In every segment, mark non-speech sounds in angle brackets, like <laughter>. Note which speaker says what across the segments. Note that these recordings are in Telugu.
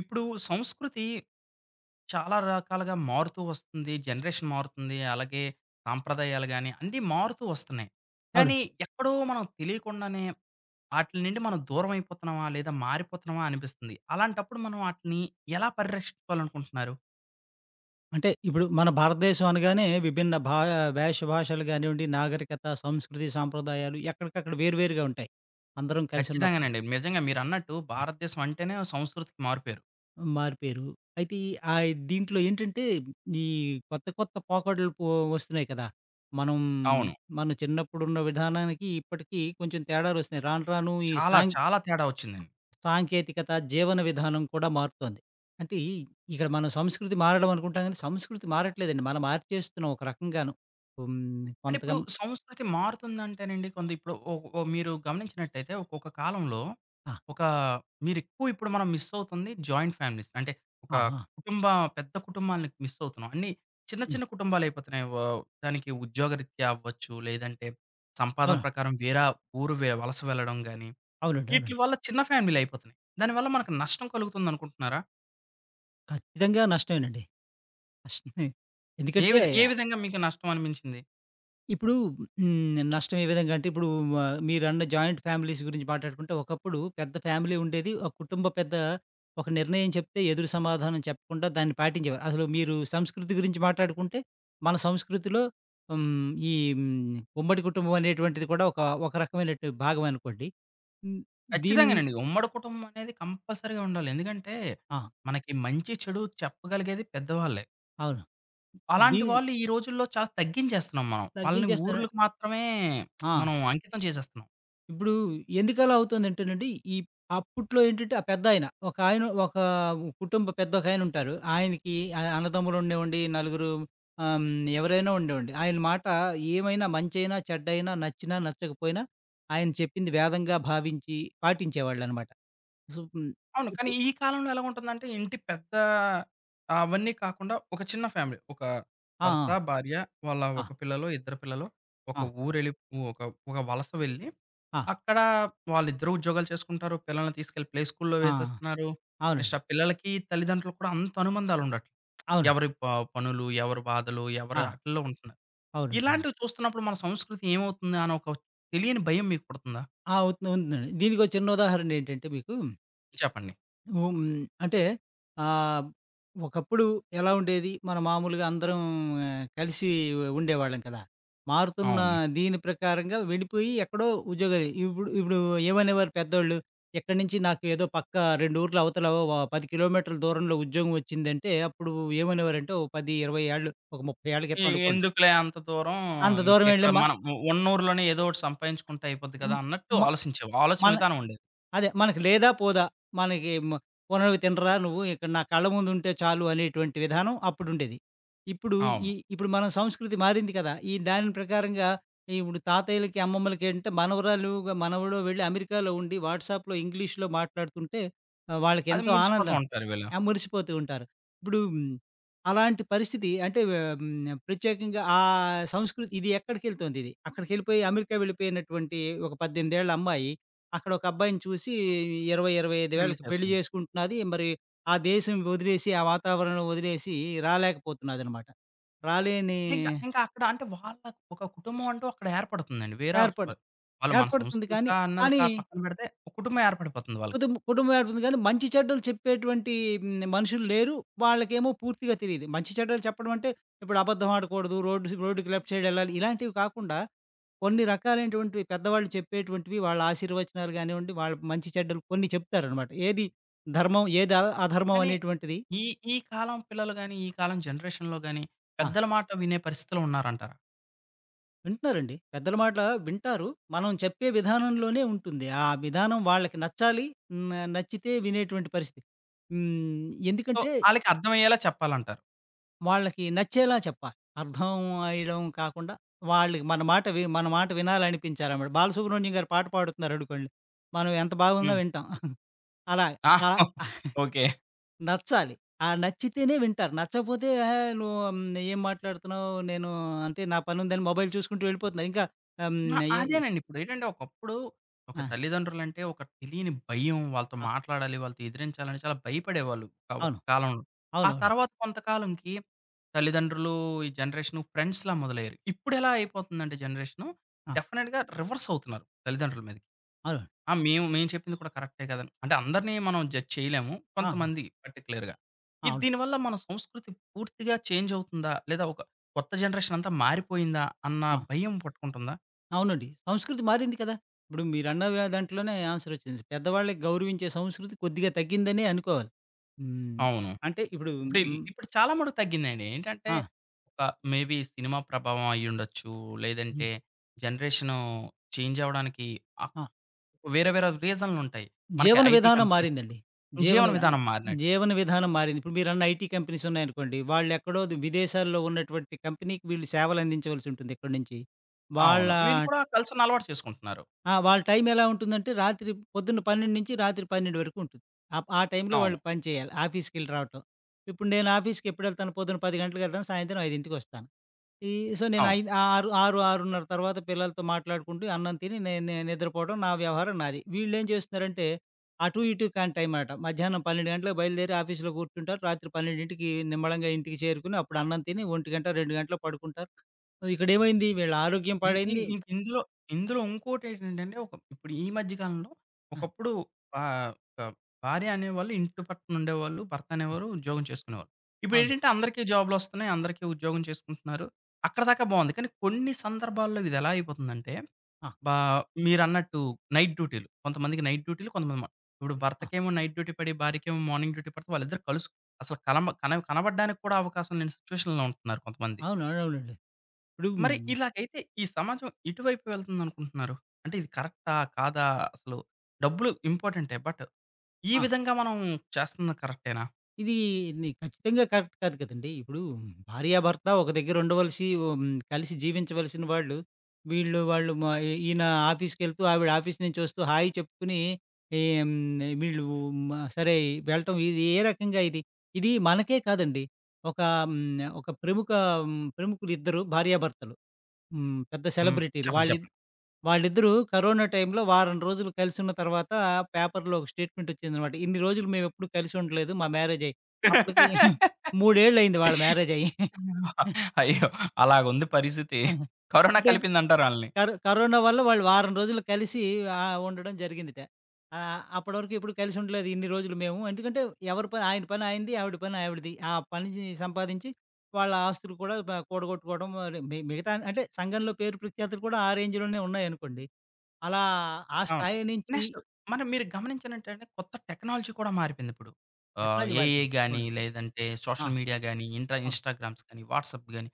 Speaker 1: ఇప్పుడు సంస్కృతి చాలా రకాలుగా మారుతూ వస్తుంది. జనరేషన్ మారుతుంది. అలాగే సాంప్రదాయాలు గాని, అన్నీ మారుతూ వస్తున్నాయి. కానీ
Speaker 2: అవునండి.
Speaker 1: ఎక్కడో మనం తెలియకుండానే ఆటిల నుండి మనం దూరం అయిపోతున్నామా? లేదా మారిపోతున్నామా? అనిపిస్తుంది. అలాంటప్పుడు మనం ఆటిని ఎలా పరిరక్షించుకోవాలనుకుంటున్నారు?
Speaker 2: అంటే ఇప్పుడు మన భారతదేశం అనగానే విభిన్న వేష భాషలు గానివ్వండి, నాగరికత, సంస్కృతి, సాంప్రదాయాలు ఎక్కడికక్కడ వేరు వేరుగా ఉంటాయి. అందరం కలిసి ఉన్నప్పుడు
Speaker 1: ఖచ్చితంగానండి, నిజంగా మీరన్నట్టు భారతదేశం అంటేనే సంస్కృతికి మారుపేరు.
Speaker 2: మారిపోయారు. అయితే ఈ దీంట్లో ఏంటంటే ఈ కొత్త కొత్త పోకడలు వస్తున్నాయి కదా! మనం
Speaker 1: అవును,
Speaker 2: మన చిన్నప్పుడున్న విధానానికి ఇప్పటికి కొంచెం తేడాలొస్తున్నాయి. రాను రాను ఈ
Speaker 1: చాలా చాలా తేడా వచ్చిందండి.
Speaker 2: సాంకేతికత, జీవన విధానం కూడా మారుతోంది. అంటే ఈ ఇక్కడ మనం సంస్కృతి మారడం అనుకుంటాం గానీ, సంస్కృతి మారట్లేదండి. మనం మార్చేస్తున్నాం ఒక రకంగాను.
Speaker 1: అంటే
Speaker 2: కొంతగా
Speaker 1: ఇప్పుడు సంస్కృతి మారుతుందంటేనండి కొంత ఇప్పుడు ఒ ఒ మీరు గమనించినట్టయితే ఒక్కొక్క కాలంలో
Speaker 2: ఆ!
Speaker 1: ఒక మీరెక్కువ ఇప్పుడు మనం మిస్ అవుతుంది జాయింట్ ఫ్యామిలీస్. అంటే ఒక
Speaker 2: ఆ! ఆ!
Speaker 1: కుటుంబ పెద్ద కుటుంబాలని మిస్ అవుతున్నాం. అన్నీ చిన్న
Speaker 2: హ్మ్.
Speaker 1: చిన్న కుటుంబాలయిపోతున్నాయి. దానికి ఉద్యోగరీత్యా అవ్వచ్చు, లేదంటే సంపాదన
Speaker 2: అవును.
Speaker 1: ప్రకారం వేరే ఊరు వలస వెళ్ళడం గాని,
Speaker 2: అవునండి.
Speaker 1: ఈట్లి
Speaker 2: అవునండి.
Speaker 1: వల్ల చిన్న ఫ్యామిలీలయిపోతున్నాయి. దానివల్ల మనకు నష్టం కలుగుతుందనుకుంటున్నారా?
Speaker 2: ఖచ్చితంగా నష్టమేనండి. నష్టమే. ఎందుకంటే
Speaker 1: ఏ విధంగా మీకు నష్టం అనిపించింది?
Speaker 2: ఇప్పుడు నష్టం ఏ విధంగా అంటే ఇప్పుడు వ మీరన్న జాయింట్ ఫ్యామిలీస్ గురించి మాట్లాడుకుంటే ఒకప్పుడు పెద్ద ఫ్యామిలీ ఉండేది. ఒక కుటుంబ పెద్ద ఒక నిర్ణయం చెప్తే ఎదురు సమాధానం చెప్పకుండా దాన్ని పాటించేవారు. అసలు మీరు సంస్కృతి గురించి మాట్లాడుకుంటే మన సంస్కృతిలో హ్మ్. ఈ హ్మ్. ఉమ్మడి కుటుంబం అనేటువంటిది కూడా ఒక ఒక రకమైనటు భాగం అనుకోండి. హ్మ్. దీన్
Speaker 1: ఖచ్చితంగానండి, ఉమ్మడి కుటుంబం అనేది కంపల్సరీగా ఉండాలి. ఎందుకంటే,
Speaker 2: ఆ!
Speaker 1: మనకి మంచి, చెడు చెప్పగలిగేది పెద్దవాళ్ళే.
Speaker 2: అవును. దీ
Speaker 1: అలాంటి వాళ్ళు ఈ రోజుల్లో చాలా తగ్గించేస్తున్నాం మనం. వాళ్ళని
Speaker 2: తగ్గించేస్తారా?
Speaker 1: ఊర్లకు మాత్రమే
Speaker 2: ఆ!
Speaker 1: మనం అంకితం చేసేస్తున్నాం.
Speaker 2: ఇప్పుడు ఎందుకలా అవుతుందంటేనండి, ఈ అప్పట్లో ఏంటంటే ఆ పెద్దాయన, ఒకాయన ఒక ఆయన ఒక కుటుంబ పెద్ద ఒకాయనుంటారు. ఆయనకి అన్నదమ్ములు ఉండేవండి, నలుగురు ఆహ్, హ్మ్, ఎవరైనా ఉండేవండి. ఆయన మాట ఏమైనా మంచైనా, చెడ్డైనా, నచ్చినా, నచ్చకపోయినా ఆయన చెప్పింది వేదంగా భావించి పాటించేవాళ్ళనమాట. సో, హ్మ్.
Speaker 1: అవును. కానీ
Speaker 2: ఇప్పుడు
Speaker 1: ఈ కాలంలో ఎలా ఉంటుందంటే, ఇంటి పెద్ద ఆ, అవన్నీ కాకుండా ఒక చిన్న ఫ్యామిలీ. ఒక
Speaker 2: ఆ!
Speaker 1: భర్త, భార్య, వాళ్ళ
Speaker 2: ఆ!
Speaker 1: ఒక పిల్లలో, ఇద్దరు పిల్లలో ఒక
Speaker 2: ఆ!
Speaker 1: ఊరెళ్ళి ఒక ఒక వలస వెళ్ళి
Speaker 2: ఆ! ఆ!
Speaker 1: అక్కడ వాళ్ళిద్దరూ ఉద్యోగాలు చేసుకుంటారు. పిల్లల్ని తీసుకెళ్ళి ప్లే స్కూల్‌లో
Speaker 2: ఆ!
Speaker 1: వేసేస్తున్నారు. నెక్స్ట్
Speaker 2: అవునండి.
Speaker 1: ఆ పిల్లలకి తల్లిదండ్రులకు కూడా అంత అనుబంధాలుండట్లే.
Speaker 2: అవునండి.
Speaker 1: ఎవరి ప పనులు, ఎవరి బాధలు, ఎవరి
Speaker 2: ఆ!
Speaker 1: ఆటిల్లో ఉంటున్నారు.
Speaker 2: అవునండి. అవును.
Speaker 1: ఇలాంటివి చూస్తున్నప్పుడు మన సంస్కృతి ఏమవుతుంది అని ఒక తెలియని భయం మీకు పుడుతుందా?
Speaker 2: ఆ! అవుతు ఉందండి. దీనికో చిన్న ఉదాహరణ ఏంటంటే మీకు
Speaker 1: చెప్పండి.
Speaker 2: హ్మ్. అంటే ఆహ్, ఒకప్పుడు ఎలా ఉండేది? మనం మామూలుగా అందరం ఆ, కలిసి ఉండేవాళ్ళం కదా! మారుతున్న
Speaker 1: అవును.
Speaker 2: దీని ప్రకారంగా వెళ్ళిపోయి ఎక్కడో ఉద్యోగాలు ఇప్పుడు ఇప్పుడు ఏమనేవారు పెద్దోళ్ళు, "ఇక్కడి నుంచి నాకు ఏదో పక్క 2 ఊర్లు అవతల 10 కిలోమీటర్ల దూరంలో ఉద్యోగం వచ్చిందంటే." అప్పుడు ఏమనేవారంటే, ఓ 10, 20 ఏళ్ళు, ఒక 30 ఏళ్ల
Speaker 1: ఎ
Speaker 2: క్రితం అనుకోండి.
Speaker 1: ఎందుకులే అంత దూరం
Speaker 2: అంత దూరం వెళ్ళి
Speaker 1: ఇక్కడ
Speaker 2: మ
Speaker 1: మనం ఉన్న ఊర్లోనే ఏదో ఒకటి సంపాదించుకుంటే అయిపోద్ది కదా!
Speaker 2: హ్మ్.
Speaker 1: అన్నట్టు
Speaker 2: మ
Speaker 1: ఆలోచించేవారు. ఆలోచన
Speaker 2: మన
Speaker 1: విధానం ఉండేది.
Speaker 2: అదే. మనకి లేదా పోదా. మనకి మ "పోనోనివి తినరా నువ్వు, ఇక్కడ నా కళ్ళ ముందుంటే చాలు" అనేటువంటి విధానం అప్పుడుండేది. ఇప్పుడు
Speaker 1: అవును.
Speaker 2: ఇప్పుడు మనం సంస్కృతి మారింది కదా! ఈ దాని ప్రకారంగా ఇప్పుడు తాతయ్యలకి, అమ్మమ్మలకి ఏంటంటే మనవరాలుగా మనవడు వెళ్ళి అమెరికాలో ఉండి వాట్సాప్‌లో ఇంగ్లీష్‌లో మాట్లాడుతుంటే
Speaker 1: అది
Speaker 2: వాళ్ళకెంతో
Speaker 1: మురిసిపోతూ
Speaker 2: ఆనందం.
Speaker 1: ఉంటారు వీళ్ళు.
Speaker 2: ఆ! మురిసిపోతూ ఉంటారు. ఇప్పుడు అలాంటి పరిస్థితి అంటే ప్రత్యేకంగా ఆ సంస్కృతి ఇది ఎక్కడికెళ్తోందిది? అక్కడికెళ్ళిపోయి అమెరికా వెళ్ళిపోయినటువంటి ఒక 18 ఏళ్ల అమ్మాయి అక్కడ ఒక అబ్బాయిని చూసి 20, 25
Speaker 1: పెళ్లి
Speaker 2: వేలకి పెళ్లి
Speaker 1: చేసుకుంటారు.
Speaker 2: చేసుకుంటున్నది. మరి ఆ దేశం వదిలేసి, ఆ వాతావరణం వదిలేసి రాలేకపోతున్నదనమాట. రాలేని
Speaker 1: అంటే ఇంకా ఇంకా అక్కడ అంటే వాళ్ళకి ఒక కుటుంబం అంటూ అక్కడ ఏర్పడుతుందండి. వేరే
Speaker 2: ఏర్పడు
Speaker 1: వ వాళ్ళు మన
Speaker 2: ఏర్పడుతుంది
Speaker 1: సంస్కృత
Speaker 2: కానీ,
Speaker 1: అన్నది
Speaker 2: కానీ
Speaker 1: కా పక్కన పెడితే ఒక కుటుంబం ఏర్పడిపోతుంది వాళ్ళకి.
Speaker 2: కుటుంబం ఏడుపుంది గానీ, మంచి చెడ్డలు చెప్పేటువంటి మనుషులు లేరు. వాళ్ళకేమో పూర్తిగా తెలీదు. మంచి చెడ్డలు చెప్పడం అంటే, ఇప్పుడు అబద్ధం ఆడకూడదు, రోడ్డుకి లెఫ్ట్ సైడ్ ఎళ్ళాలి. ఇలాంటివి కాకుండా, కొన్ని రకాలైనటువంటివి పెద్దవాళ్ళు చెప్పేటువంటివి, వాళ్ళ ఆశీర్వచనాలు గానివ్వండి, వాళ్ళ మంచి చెడ్డలు కొన్ని చెప్తారనమాట. ఏది ధర్మం, ఏది అధర్మం
Speaker 1: కానీ
Speaker 2: అనేటువంటిది.
Speaker 1: ఈ ఈ కాలం పిల్లలు గాని, ఈ కాలం జనరేషన్‌లో గాని
Speaker 2: ఆ!
Speaker 1: పెద్దల మాట వినే పరిస్థితిలో ఉన్నారంటారా?
Speaker 2: వింటున్నారండి. పెద్దల మాట వింటారు. మనం చెప్పే విధానంలోనే ఉంటుంది. ఆ విధానం వాళ్ళకి నచ్చాలి. నచ్చితే వినేటువంటి పరిస్థితి.
Speaker 1: సో,
Speaker 2: ఎందుకంటే
Speaker 1: ఆళ్ళకి అర్థమయ్యేలా చెప్పాలంటారు.
Speaker 2: వాళ్ళకి నచ్చేలా చెప్పాలి. అర్థం అయ్యడం కాకుండా వాళ్ళకి మన మాట వినాలనిపించాలన్నమాట. బాలసుబ్రహ్మణ్యం గారు పాట పాడుతున్నారనుకోండి. మనం ఎంత బాగున్నా
Speaker 1: హ్మ్.
Speaker 2: వింటాం. అలా
Speaker 1: ఆ!
Speaker 2: అలా
Speaker 1: <laughs> ఓకే.
Speaker 2: నచ్చాలి. ఆ నచ్చితేనే వింటారు. నచ్చకపోతే "ఏహే! నువ్వు ఏం మాట్లాడుతున్నావు? నేను అంటే నా పనుందని" మొబైల్ చూసుకుంటూ వెళ్ళిపోతున్నారు. ఇంకా ఆహ్,
Speaker 1: ఆ!
Speaker 2: హ్మ్. ఎ ఎ
Speaker 1: అదేనండి. ఇప్పుడేంటంటే ఒకప్పుడు ఒక
Speaker 2: ఆ!
Speaker 1: తల్లిదండ్రులంటే ఒక తెలియని భయం. వాళ్ళతో
Speaker 2: ఆ!
Speaker 1: మాట్లాడాలి, వాళ్ళతో ఎదిరించాలని చాలా భయపడేవాళ్ళు ఆహ్, ఒక
Speaker 2: అవును.
Speaker 1: కాలంలో. ఆ
Speaker 2: అవునవును.
Speaker 1: తర్వాత కొంతకాలంకి తల్లిదండ్రులు, ఈ జనరేషను ఫ్రెండ్స్‌లా మొదలయ్యారు. ఇప్పుడెలా అయిపోతుందంటే జనరేషను
Speaker 2: ఆ!
Speaker 1: డెఫినెట్‌గా రివర్స్ అవుతున్నారు తల్లిదండ్రుల మీదకి.
Speaker 2: అవును.
Speaker 1: ఆ! మేము మేము చెప్పింది కూడా కరెక్టే కదని. అంటే అందరిని మనం జడ్జ్ చేయలేము.
Speaker 2: ఆహా!
Speaker 1: కొంతమంది పర్టిక్యులర్‌గా.
Speaker 2: అవును.
Speaker 1: దీనివల్ల మన సంస్కృతి పూర్తిగా చేంజ్ అవుతుందా? లేదా ఒక కొత్త జనరేషన్ అంతా మారిపోయిందా? అన్న భయం పట్టుకుంటుందా?
Speaker 2: అవునండి. సంస్కృతి మారింది కదా! ఇప్పుడు మీరన్న దాంట్లోనే ఆన్సర్ వచ్చింది. పెద్దవాళ్ళకి గౌరవించే సంస్కృతి కొద్దిగా తగ్గిందనే అనుకోవాలి. హ్మ్.
Speaker 1: అవును.
Speaker 2: అంటే ఇప్పుడు హ్మ్.
Speaker 1: ఇప్పుడు చాలా మటుకు తగ్గిందండి. ఏంటంటే
Speaker 2: ఆ!
Speaker 1: ఒక మేబీ సినిమా ప్రభావం అయ్యుండొచ్చు.
Speaker 2: హ్మ్.
Speaker 1: లేదంటే జనరేషను చేంజ్ అవ్వడానికి ఆహ్,
Speaker 2: ఆ!
Speaker 1: వేరే వేరే రీజన్‌లుంటాయి. మనకి
Speaker 2: జీవన
Speaker 1: ఐటీ
Speaker 2: విధానం
Speaker 1: కంపెనీస్
Speaker 2: మారిందండి. జీవన
Speaker 1: జీవన
Speaker 2: ఆహ్,
Speaker 1: విధానం మారినట్టు.
Speaker 2: జీవన విధానం మారింది. ఇప్పుడు మీరన్న ఐటీ కంపెనీస్ ఉన్నాయనుకోండి. వాళ్ళెక్కడో విదేశాల్లో ఉన్నటువంటి కంపెనీకి వీళ్ళు సేవలందించవలసి ఉంటుంది ఇక్కడి నుంచి. వాళ్ళ
Speaker 1: అవును, వీళ్ళు కూడా కలిసున్న అలవాటు చేసుకుంటున్నారు.
Speaker 2: ఆ! వాళ్ళ టైం ఎలా ఉంటుందంటే రాత్రి పొద్దున్న 12 నుంచి రాత్రి 12 వరకు ఉంటుంది. ఆ టైంలో
Speaker 1: అవును.
Speaker 2: వాళ్ళు పని చేయాలి. ఆఫీస్‌కెళ్ళి రావటం. ఇప్పుడు నేను ఆఫీస్‌కి ఎప్పుడెళ్తాను? పొద్దున 10 గంటలకెళ్తాను. సాయంత్రం 5:00కి ఈ సో, నేను
Speaker 1: అవును.
Speaker 2: ఐ ఆరు ఆరు ఆరున్నర తర్వాత పిల్లలతో మాట్లాడుకుంటూ అన్నం తిని నేను నేను నిద్రపోవడం నా వ్యవహారం నాది. వీళ్ళేం చేస్తున్నారంటే అటు ఇటు కాని టైం మాట. మధ్యాహ్నం 12 గంటలకు బయలుదేరి ఆఫీస్‌లో కూర్చుంటారు. రాత్రి 12కి నిమ్మళంగా ఇంటికి చేరుకొని అప్పుడు అన్నం తిని 1 గంట 2 గంటలో పడుకుంటారు. ఇక్కడేమైంది వీళ్ళ ఆరోగ్యం
Speaker 1: ఇన్ ఇ
Speaker 2: పాడైంది.
Speaker 1: ఇంక ఇందులో, ఇందులో ఇంకోటేంటంటే ఒక ఇప్పుడు ఈ మధ్య కాలంలో
Speaker 2: ఆ!
Speaker 1: ఒకప్పుడు ఆహ్, ఒక భార్య అనేవాళ్ళు ఇంటి పట్టున ఉండేవాళ్ళు, భర్త
Speaker 2: ఆ!
Speaker 1: అనేవారు ఉద్యోగం చేసుకునేవాళ్ళు.
Speaker 2: అవును.
Speaker 1: ఇప్పుడేంటంటే అందరికీ జాబ్‌లొస్తున్నాయి, అందరికీ ఉద్యోగం చేసుకుంటున్నారు. అక్కడిదాకా బావుంది. కానీ కొన్ని సందర్భాల్లో ఇది ఎలా అయిపోతుందంటే,
Speaker 2: ఆ! ఆ!
Speaker 1: బా మీరన్నట్టు నైట్ డ్యూటీలు. కొంతమందికి నైట్ డ్యూటీలు, కొంతమంది మ ఇప్పుడు భర్తకేమో నైట్ డ్యూటీ పడి, భార్యకేమో మార్నింగ్ డ్యూటీ పడితే వాళ్ళిద్దరూ కలుసు అసలు కలమ కన కనపడడానికి కూడా అవకాశం లేని సిట్యుయేషన్‌లో ఉంటున్నారు కొంతమంది.
Speaker 2: అవును. అవునవునండి. ఇప్పుడు
Speaker 1: మరి ఇలాగైతే ఈ సమాజం ఎటువైపు వెళ్తుందనుకుంటున్నారు? అంటే ఇది కరెక్టా? కాదా? అసలు డబ్బులు ఇంపార్టెంటే. బట్ ఈ
Speaker 2: ఆ!
Speaker 1: విధంగా మనం చేస్తున్నది కరెక్టేనా?
Speaker 2: ఇది ఖచ్చితంగా కరెక్ట్ కాదు కదండీ! ఇప్పుడు భార్యాభర్త ఒక దగ్గర ఉండవలసి కలిసి జీవించవలసిన వాళ్ళు, వీళ్ళు వాళ్ళు మా ఈ ఈయన ఆఫీస్‌కెళ్తూ, ఆవిడ ఆఫీస్ నుంచి వస్తూ హాయ్ చెప్పుకుని ఏం వీళ్ళు మ సరే వెళ్ళటం ఇది ఏ రకంగా ఇది? ఇది మనకే కాదండి. ఒక హ్మ్. ఒక ప్రముఖ ప్రముఖులిద్దరు భార్యాభర్తలు. పెద్ద
Speaker 1: హ్మ్.
Speaker 2: సెలబ్రిటీలు
Speaker 1: చెప్పండి. చెప్పండి.
Speaker 2: వాళ్ళిద్దరూ కరోనా టైంలో వారం రోజులు కలిసున్న తర్వాత పేపర్‌లో ఒక స్టేట్మెంట్ వచ్చిందనమాట. ఇన్ని రోజులు మేమెప్పుడు కలిసి ఉండలేదు మా మ్యారేజ్ అయ్యి. అప్పటికి <laughs>
Speaker 1: <laughs>
Speaker 2: 3 ఏళ్లయింది వాళ్ళ మ్యారేజ్ అయ్యి. <laughs>
Speaker 1: అయ్యో! అలాగుంది పరిస్థితి. కరోనా
Speaker 2: అంటే
Speaker 1: కలిపిందంటారు ఆళ్ళని.
Speaker 2: కరోనా వల్ల వాళ్ళు వారం రోజులు కలిసి ఉండడం జరిగిందట. అప్పటి వరకు ఎప్పుడు కలిసి ఉండలేదు ఇన్ని రోజులు మేము. ఎందుకంటే ఎవరి పని ఆయన పని ఆయనది, ఆవిడ పని ఆవిడది. ఆ పని సంపాదించి వాళ్ళ ఆస్తులు కూడా కూడగొట్టుకోవడం మరి మిగతా అంటే సంఘంలో పేరు ప్రఖ్యాతులు కూడా ఆ రేంజ్‌లోనే ఉన్నాయనుకోండి. అలా ఆ
Speaker 1: అవును.
Speaker 2: స్థాయి నుంచి
Speaker 1: నెక్స్ట్ మనం మీరు గమనించినట్టంటే కొత్త టెక్నాలజీ కూడా మారిపోయిందిప్పుడు. ఆహ్,
Speaker 2: టెక్నాలజీ
Speaker 1: ఏఐ
Speaker 2: మారిపోయింది.
Speaker 1: గాని,
Speaker 2: అవును.
Speaker 1: లేదంటే సోషల్
Speaker 2: ఆ!
Speaker 1: మీడియా గాని, ఇంట్రా
Speaker 2: అవును.
Speaker 1: ఇన్‌స్టాగ్రామ్స్ గాని, వాట్సాప్ గాని,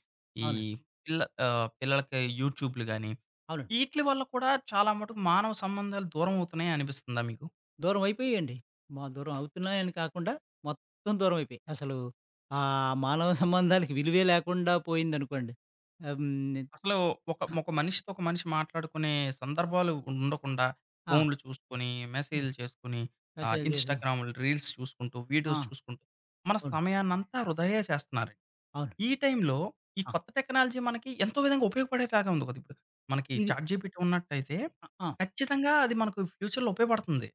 Speaker 1: ఈ
Speaker 2: అవునండి.
Speaker 1: పిల్ల ఆహ్, పిల్లలకి యూట్యూబ్‌లు గాని
Speaker 2: అవునండి.
Speaker 1: ఈట్లి వల్ల కూడా చాలా మటుకు మానవ సంబంధాలు దూరం అవుతున్నాయి అనిపిస్తుందా మీకు?
Speaker 2: దూరం అయిపోయాయండి. మా దూరం అవుతున్నాయని కాకుండా మొత్తం దూరం అయిపోయాయి. అసలు ఆ మానవ సంబంధాలకి విలువే లేకుండా పోయిందనుకోండి. ఆహ్, హ్మ్.
Speaker 1: అసలు ఒక
Speaker 2: ఆ!
Speaker 1: ఒక మనిషితో ఒక మనిషి మాట్లాడుకునే సందర్భాలు ఉండకుండా,
Speaker 2: ఆ!
Speaker 1: ఫోన్‌లు చూసుకొని,
Speaker 2: హ్మ్.
Speaker 1: మెసేజ్‌లు చేసుకొని, ఆహ్,
Speaker 2: మెసేజ్‌లు చేసి
Speaker 1: ఇన్‌స్టాగ్రామ్‌లు రీల్స్ చూసుకుంటూ,
Speaker 2: ఆ!
Speaker 1: వీడియోస్ చూసుకుంటూ, మన
Speaker 2: అవును.
Speaker 1: సమయాన్నంతా వృధాయే చేస్తున్నారండి.
Speaker 2: అవును.
Speaker 1: ఈ టైంలో ఈ
Speaker 2: ఆ!
Speaker 1: కొత్త టెక్నాలజీ మనకి ఎంతో విధంగా ఉపయోగపడేలాగా ఉంది కదా! ఇప్పుడు మనకి
Speaker 2: ఇది
Speaker 1: చాట్ జీపీటీ ఉన్నట్టయితే
Speaker 2: ఆ! ఆ!
Speaker 1: ఖచ్చితంగా అది మనకు ఫ్యూచర్‌లో ఉపయోగపడుతుంది.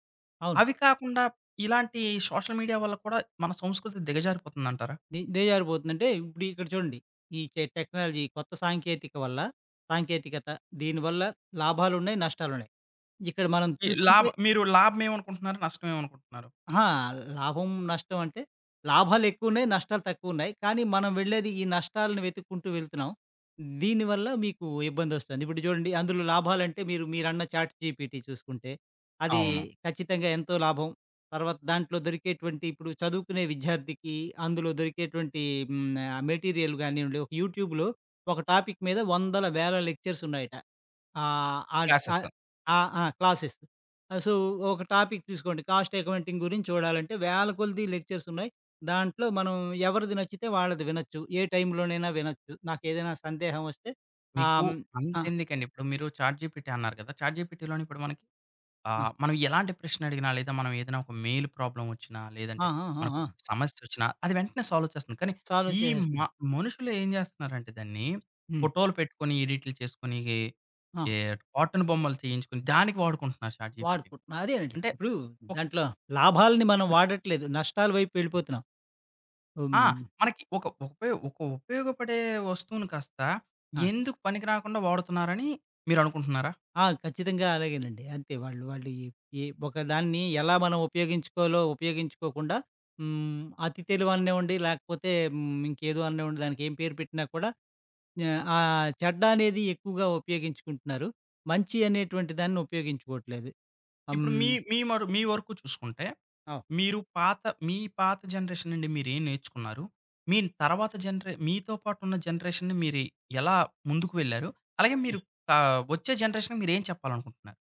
Speaker 2: అవును.
Speaker 1: అవి కాకుండా ఇలాంటి సోషల్ మీడియా వల్ల కూడా మన సంస్కృతి దిగజారిపోతుందంటారా?
Speaker 2: దిగజారిపోతుందంటే ఇప్పుడు ఇక్కడ చూడండి. ఈ టెక్నాలజీ కొత్త సాంకేతిక వల్ల సాంకేతికత దీనివల్ల లాభాలున్నాయి, నష్టాలున్నాయి. ఇక్కడ మనం
Speaker 1: ఈ లాభ
Speaker 2: చూసుకుంటే
Speaker 1: మీరు లాభం ఏమనుకుంటున్నారు? నష్టం ఏమనుకుంటున్నారు?
Speaker 2: అహా! లాభం, నష్టం అంటే లాభాలు ఎక్కువున్నాయి. నష్టాలు తక్కువున్నాయి. కానీ మనం వెళ్ళేది ఈ నష్టాలను వెతుక్కుంటూ వెళ్తున్నాం. దీనివల్ల మీకు ఇబ్బందొస్తుంది. ఇప్పుడు చూడండి అందులో లాభాలంటే మీరన్న చాట్‌జీపీటీ చూసుకుంటే అది
Speaker 1: అవును.
Speaker 2: ఖచ్చితంగా ఎంతో లాభం. తర్వాత దాంట్లో దొరికేటువంటి ఇప్పుడు చదువుకునే విద్యార్థికి అందులో దొరికేటువంటి హ్మ్, మెటీరియల్ గానివ్వండి, ఒక యూట్యూబ్‌లో ఒక టాపిక్ మీద వందల, వేల లెక్చర్స్ ఉన్నాయట. ఆహ్, ఆహ్,
Speaker 1: క్లాసెస్.
Speaker 2: ఆహ్, ఆ! ఆ! క్లాసెస్. ఆ! సో, ఒక టాపిక్ తీసుకోండి. కాస్ట్ అకౌంటింగ్ గురించి చూడాలంటే వేల కొలది లెక్చర్స్ ఉన్నాయి. దాంట్లో మనం ఎవరిది నచ్చితే వాళ్ళది వినొచ్చు. ఏ టైంలోనైనా వినొచ్చు. నాకేదైనా సందేహం వస్తే ఆహ్,
Speaker 1: మీకు
Speaker 2: హ్మ్. ఆ!
Speaker 1: అంతెందుకండి. ఇప్పుడు మీరు చాట్ జీపీటీ అన్నారు కదా! చాట్ జీపీటీలోని ఇప్పుడు మనకి
Speaker 2: ఆ!
Speaker 1: ఆహ్, మనం ఎలాంటి ప్రశ్న అడిగినా, లేదా మనం ఏదైనా ఒక మెయిల్ ప్రాబ్లమ్ వచ్చినా, లేదంటే
Speaker 2: ఆ! ఆ! ఆ!
Speaker 1: మనకు
Speaker 2: ఆ!
Speaker 1: సమస్యొచ్చినా, అది వెంటనే సాల్వ్ చేస్తుంది. కానీ
Speaker 2: సాల్వ్
Speaker 1: ఈ మ
Speaker 2: చేసేస్తున్నాం.
Speaker 1: మనుషులు ఏం చేస్తున్నారంటే దాన్ని
Speaker 2: హ్మ్.
Speaker 1: ఫోటోలు పెట్టుకొని, ఎడిట్లు చేసుకొని,
Speaker 2: ఆ!
Speaker 1: ఏ కార్టూన్ బొమ్మలు చేయించుకొని దానికి వాడుకుంటున్నారు చాట్ జీపీటీని.
Speaker 2: వాడుకుంటున్నాం. అదేనండి.
Speaker 1: అంటే
Speaker 2: ఇప్పుడు
Speaker 1: ఒక
Speaker 2: దాంట్లో లాభాల్ని మనం వాడట్లేదు. నష్టాల వైపు వెళ్ళిపోతున్నాం. హ్మ్.
Speaker 1: ఆ! మనకి ఒక ఉపయోగపడే వస్తువుని కాస్త
Speaker 2: ఆ!
Speaker 1: ఎందుకు పనికి రాకుండా వాడుతున్నారని మీరనుకుంటున్నారా?
Speaker 2: ఆ! ఖచ్చితంగా అలాగేనండి. అంతే వాళ్ళు వాళ్ళు ఈ ఈ ఒక దాన్ని ఎలా మనం ఉపయోగించుకోకుండా అతి తెలివి అనివ్వండి, లేకపోతే ఇంకేదో అనివ్వండి దానికేం పేరు పెట్టినా కూడా ఆహ్, ఆ చెడ్డ అనేది ఎక్కువగా ఉపయోగించుకుంటున్నారు. మంచి అనేటువంటి దాన్ని ఉపయోగించుకోవట్లేదు.
Speaker 1: ఇప్పుడు
Speaker 2: హ్మ్.
Speaker 1: మీ మీ మరు మీ వరకు చూసుకుంటే,
Speaker 2: ఆ!
Speaker 1: మీరు పాత మీ పాత జనరేషన్ నుండి మీరేం నేర్చుకున్నారు? మీ తర్వాత జనరే మీతో పాటున్న జనరేషన్‌ని మీరు ఎలా ముందుకు వెళ్లారు? అలాగే
Speaker 2: హ్మ్.
Speaker 1: మీరు ఆహ్, వచ్చే జనరేషన్‌కి మీరేం చెప్పాలనుకుంటున్నారు?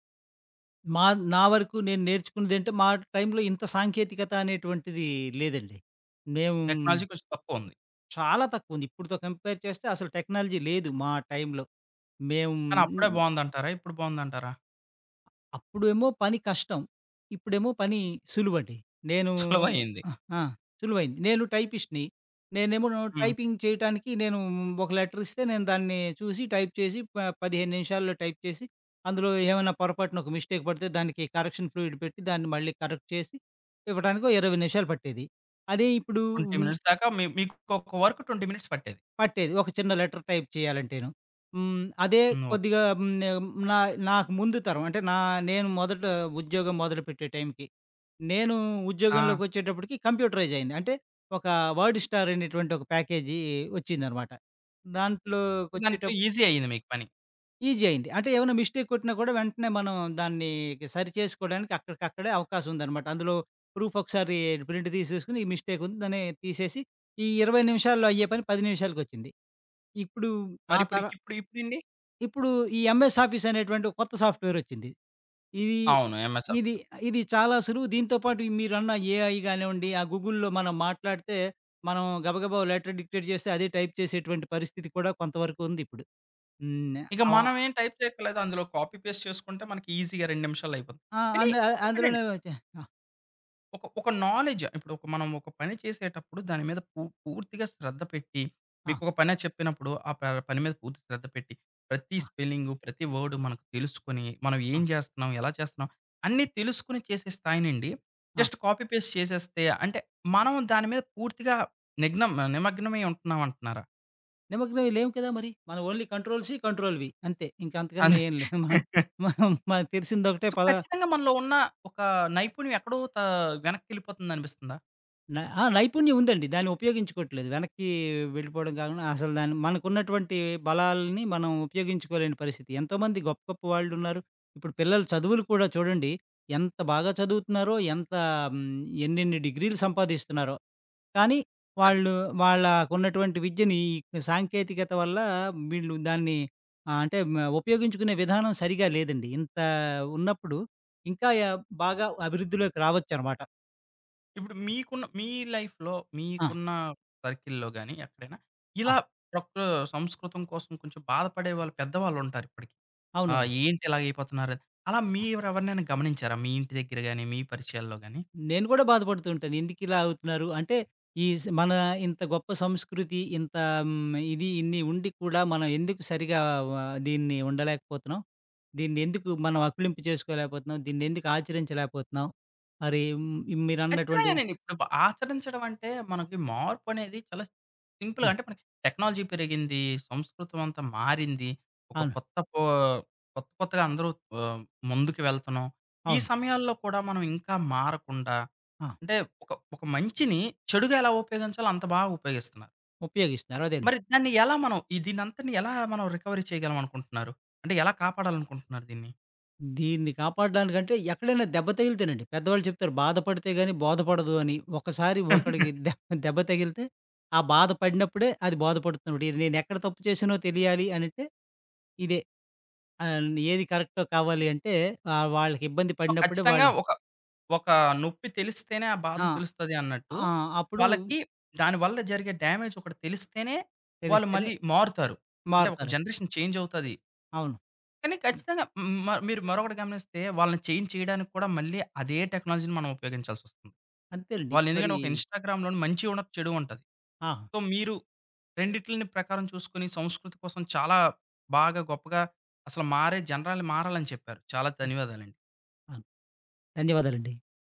Speaker 2: మా నా వరకు నేను నేర్చుకున్నదేంటే మా టైంలో ఇంత సాంకేతికత అనేటువంటిది లేదండి. మేము
Speaker 1: టెక్నాలజీ కొంచెం తక్కువుంది.
Speaker 2: చాలా తక్కువుంది. ఇప్పుడుతో కంపేర్ చేస్తే అసలు టెక్నాలజీ లేదు మా టైంలో. మేము
Speaker 1: కానీ అప్పుడే బావుందంటారా? ఇప్పుడు బావుందంటారా?
Speaker 2: అప్పుడేమో పని కష్టం. ఇప్పుడేమో పని సులువండి. నేను
Speaker 1: సులువయింది. <laughs>
Speaker 2: ఆ! ఆ! సులువైంది. నేను టైపిస్ట్‌ని. నేనేమో
Speaker 1: హ్మ్.
Speaker 2: టైపింగ్ చేయటానికి నేను ఒక లెటర్ ఇస్తే నేను దాన్ని చూసి టైప్ చేసి 15 నిమిషాల్లో టైప్ చేసి అందులో ఏమైనా పొరపాటున ఒక మిస్టేక్ పడితే దానికి కరెక్షన్ ఫ్లూయిడ్ పెట్టి దాన్ని మళ్ళీ కరెక్ట్ చేసి ఇవ్వడానికో 20 నిమిషాలు పట్టేది. అదే ఇప్పుడు
Speaker 1: 20
Speaker 2: హ్మ్.
Speaker 1: మినిట్స్ దాకా మీ మీకు ఒక వర్క్ 20 మినిట్స్ పట్టేది.
Speaker 2: పట్టేది. ఒక చిన్న లెటర్ టైప్ చేయాలంటేను. హ్మ్. అదే
Speaker 1: హ్మ్. ఓకే.
Speaker 2: కొద్దిగా హ్మ్, నాకు ముందు తరం అంటే నేను మొదట ఉద్యోగం మొదలుపెట్టే టైంకి, నేను
Speaker 1: ఆ!
Speaker 2: ఉద్యోగంలోకొచ్చేటప్పటికి కంప్యూటరైజ్ అయింది. అంటే ఒక వర్డ్ స్టార్ అనేటువంటి ఒక ప్యాకేజీ వచ్చిందనమాట.
Speaker 1: దాంతో
Speaker 2: దాంట్లోకొచ్చేటప్పుడు
Speaker 1: ఈజీ అయింది మీకు పని.
Speaker 2: ఈజీ అయింది. అంటే ఏమైనా మిస్టేక్ కొట్టినా కూడా వెంటనే మనం దాన్ని సరిచేసుకోవడానికి అక్కడికక్కడే అవకాశం ఉందనమాట. అందులో ప్రూఫ్ ఒకసారి ప్రింట్ తీసేసుకొని ఈ మిస్టేక్ ఉంది దాన్ని తీసేసి ఈ 20 నిమిషాల్లో అయ్యే పని 10 నిమిషాలకొచ్చింది. ఇప్పుడు ఆ
Speaker 1: మరిప్పుడు
Speaker 2: తర
Speaker 1: ఇప్పుడు ఇప్పుడు ఇప్పుడండి
Speaker 2: ఇప్పుడు ఈ ఎంఎస్ ఆఫీస్ అనేటువంటి ఒక కొత్త సాఫ్ట్‌వేర్ వచ్చింది. ఇది,
Speaker 1: అవును. ఎంఎస్
Speaker 2: ఇది,
Speaker 1: ఆఫీస్‌లో
Speaker 2: ఇది చాలా సులువు. దీంతో పాటు మీరన్న ఏఐ గానివ్వండి, ఆ గూగుల్‌లో మనం మాట్లాడితే, మనం గబగబా ఓ లెటర్ డిక్టేట్ చేస్తే అదే టైప్ చేసేటువంటి పరిస్థితి కూడా కొంతవరకు ఉందిప్పుడు. హ్మ్.
Speaker 1: ఇక
Speaker 2: అవ
Speaker 1: మనమేం టైప్ చేయక్కర్లేదు. అందులో కాపీ పేస్ట్ చేసుకుంటే మనకి ఈజీగా 2 నిమిషాల్లో అయిపోద్ది.
Speaker 2: ఆ!
Speaker 1: కానీ ఒకటండి
Speaker 2: అందులోనే వచ్చే ఆ!
Speaker 1: ఒక ఒక నాలెడ్జ్ ఇప్పుడు ఒక మనం ఒక పని చేసేటప్పుడు దాని మీద పూర్తిగా శ్రద్ధ పెట్టి,
Speaker 2: ఆ!
Speaker 1: మీకొక పని చెప్పినప్పుడు ఆ ప పని మీద పూర్తి శ్రద్ధ పెట్టి, ప్రతి
Speaker 2: ఆ!
Speaker 1: స్పెల్లింగు, ప్రతి వర్డ్ మనకు తెలుసుకొని, మనం
Speaker 2: ఆ!
Speaker 1: ఏం చేస్తున్నాం, ఎలా చేస్తున్నాం అన్నీ తెలుసుకొని చేసే స్థాయినండి
Speaker 2: ఆ!
Speaker 1: జస్ట్ కాపీ పేస్ట్ చేసేస్తే అంటే మనం దాని మీద పూర్తిగా నిఘ్నం నిమగ్నమై ఉంటున్నాం అంటున్నారా?
Speaker 2: నిమగ్నమై లేము కదా మరి. మనం only control C, control V అంతే. ఇంక అంతకన్నా
Speaker 1: అంతే.
Speaker 2: ఏం లేదు. మన
Speaker 1: <laughs>
Speaker 2: మనం మనకు తెలిసిందొకటే
Speaker 1: సో,
Speaker 2: పద
Speaker 1: ఖచ్చితంగా మనలో ఉన్న ఒక నైపుణ్యం ఎక్కడో త వెనక్కెళ్ళిపోతుందనిపిస్తుందా?
Speaker 2: ఆ! నైపుణ్యం ఉందండి. దాన్ని ఉపయోగించుకోవట్లేదు. వెనక్కి వెళ్ళిపోవడం కాకుండా అసలు దాన్ని మనకున్నటువంటి బలాల్ని మనం ఉపయోగించుకోలేని పరిస్థితి. ఎంతోమంది గొప్ప గొప్ప వాళ్ళున్నారు. ఇప్పుడు పిల్లల చదువులు కూడా చూడండి. ఎంత బాగా చదువుతున్నారో, ఎంత హ్మ్, ఎన్నెన్ని డిగ్రీలు సంపాదిస్తున్నారో. కానీ
Speaker 1: అద్
Speaker 2: వాళ్ళు వాళ్ళకున్నటువంటి విద్యని ఈ సాంకేతికత వల్ల వీళ్ళు దాన్ని ఆహ్, అంటే మ ఉపయోగించుకునే విధానం సరిగా లేదండి. ఇంత ఉన్నప్పుడు ఇంకా బాగా అభివృద్ధిలోకి రావచ్చనమాట.
Speaker 1: ఇప్పుడు మీకున్న మీ లైఫ్‌లో
Speaker 2: ఆ!
Speaker 1: మీకున్న సర్కిల్‌లో గాని ఎక్కడైనా
Speaker 2: ఆ!
Speaker 1: ఇలా ప్రకృ సంస్కృతం కోసం కొంచెం బాధపడే వాళ్ళు పెద్దవాళ్ళుంటారు ఇప్పటికి. ఆహ్,
Speaker 2: అవునవును.
Speaker 1: ఏంటి ఇలాగైపోతున్నారు? అలా మీరెవరినైనా గమనించారా? మీ ఇంటి దగ్గర గాని, మీ పరిచయాల్లో గాని?
Speaker 2: నేను కూడా బాధపడుతూ ఉంటాను. ఎందుకిలా అవుతున్నారు? అంటే ఈ స్ మన ఇంత గొప్ప సంస్కృతి, ఇంత ఇది ఇన్ని ఉండి కూడా మనం ఎందుకు సరిగా వ దీన్ని ఉండలేకపోతున్నాం? దీన్నెందుకు మనం అకులింపు చేసుకోలేకపోతున్నాం? దీన్నెందుకు ఆచరించలేకపోతున్నాం? మరి మీరన్నటువంటి
Speaker 1: ఖచ్చితంగానండి. ఇప్పుడు బ ఆచరించడం అంటే మనకి మార్పనేది చాలా సింపుల్‌గా
Speaker 2: హ్మ్.
Speaker 1: అంటే మనకి టెక్నాలజీ పెరిగింది. సంస్కృతం అంతా మారింది. ఒక
Speaker 2: అవును.
Speaker 1: కొత్త పో కొత్త కొత్తగా అందరూ ఆహ్, ముందుకు వెళ్తున్నాం. ఈ
Speaker 2: అవును.
Speaker 1: సమయాల్లో కూడా మనం ఇంకా మారకుండా
Speaker 2: ఆ!
Speaker 1: అంటే ఒక ఒక మంచిని చెడుగా ఎలా ఉపయోగించాలో అంత బాగా ఉపయోగిస్తున్నారు.
Speaker 2: ఉపయోగిస్తున్నారు. అదేనండి.
Speaker 1: మరి దాన్ని ఎలా మనం ఈ దీన్నంతటిని ఎలా మనం రికవరీ చేయగలం అనుకుంటున్నారు? అంటే ఎలా కాపాడాలనుకుంటున్నారు దీన్ని?
Speaker 2: దీన్ని కాపాడడానికంటే ఎక్కడైనా దెబ్బ తగిలితేనండి. పెద్దవాళ్ళు చెప్తారు బాధపడితే గాని బోధపడదు అని. ఒకసారి ఒకడికి దెబ్బ
Speaker 1: <laughs>
Speaker 2: <laughs> తగిలితే, ఆ బాధ పడినప్పుడే అది బోధపడుతున్నప్పుడు. ఇది నేనెక్కడ తప్పు చేశానో తెలియాలి అనంటే ఇదే. ఏది కరెక్టో కావాలి అంటే వాళ్ళకి ఇబ్బంది
Speaker 1: సో,
Speaker 2: పడినప్పుడే
Speaker 1: ఖచ్చితంగా
Speaker 2: వాళ్ళు
Speaker 1: ఒక ఒక నొప్పి తెలిస్తేనే ఆ బాధ
Speaker 2: ఆ!
Speaker 1: తెలుస్తది అన్నట్టు.
Speaker 2: ఆ! అప్పుడు
Speaker 1: వాళ్ళకి దాని వల్ల జరిగే డ్యామేజ్ ఒకటి తెలిస్తేనే వాళ్ళు
Speaker 2: తెలిస్తేనే
Speaker 1: మళ్ళీ మారుతారు. అంటే ఒక
Speaker 2: మారుతారండి.
Speaker 1: జనరేషన్ చేంజ్ అవుతది.
Speaker 2: అవును.
Speaker 1: కానీ ఖచ్చితంగా హ్మ్, మీరు మరొకటి గమనిస్తే వాళ్ళని చేంజ్ చేయడానికి కూడా మళ్ళీ అదే టెక్నాలజీని మనం ఉపయోగించాల్సొస్తుంది.
Speaker 2: అంతేనండి.
Speaker 1: వాళ్ళు
Speaker 2: మరి
Speaker 1: ఎందుకంటే ఒక ఇన్‌స్టాగ్రామ్‌లోని మంచి ఉండొచ్చు, చెడు ఉంటది.
Speaker 2: ఆ!
Speaker 1: సో, మీరు రెండిట్లిని ప్రకారం చూసుకొని సంస్కృతి కోసం చాలా బాగా గొప్పగా అసలు మారే జనరాలు మారాలని చెప్పారు. చాలా
Speaker 2: హ్మ్.
Speaker 1: ధన్యవాదాలండి.
Speaker 2: అవును. ధన్యవాదాలండి.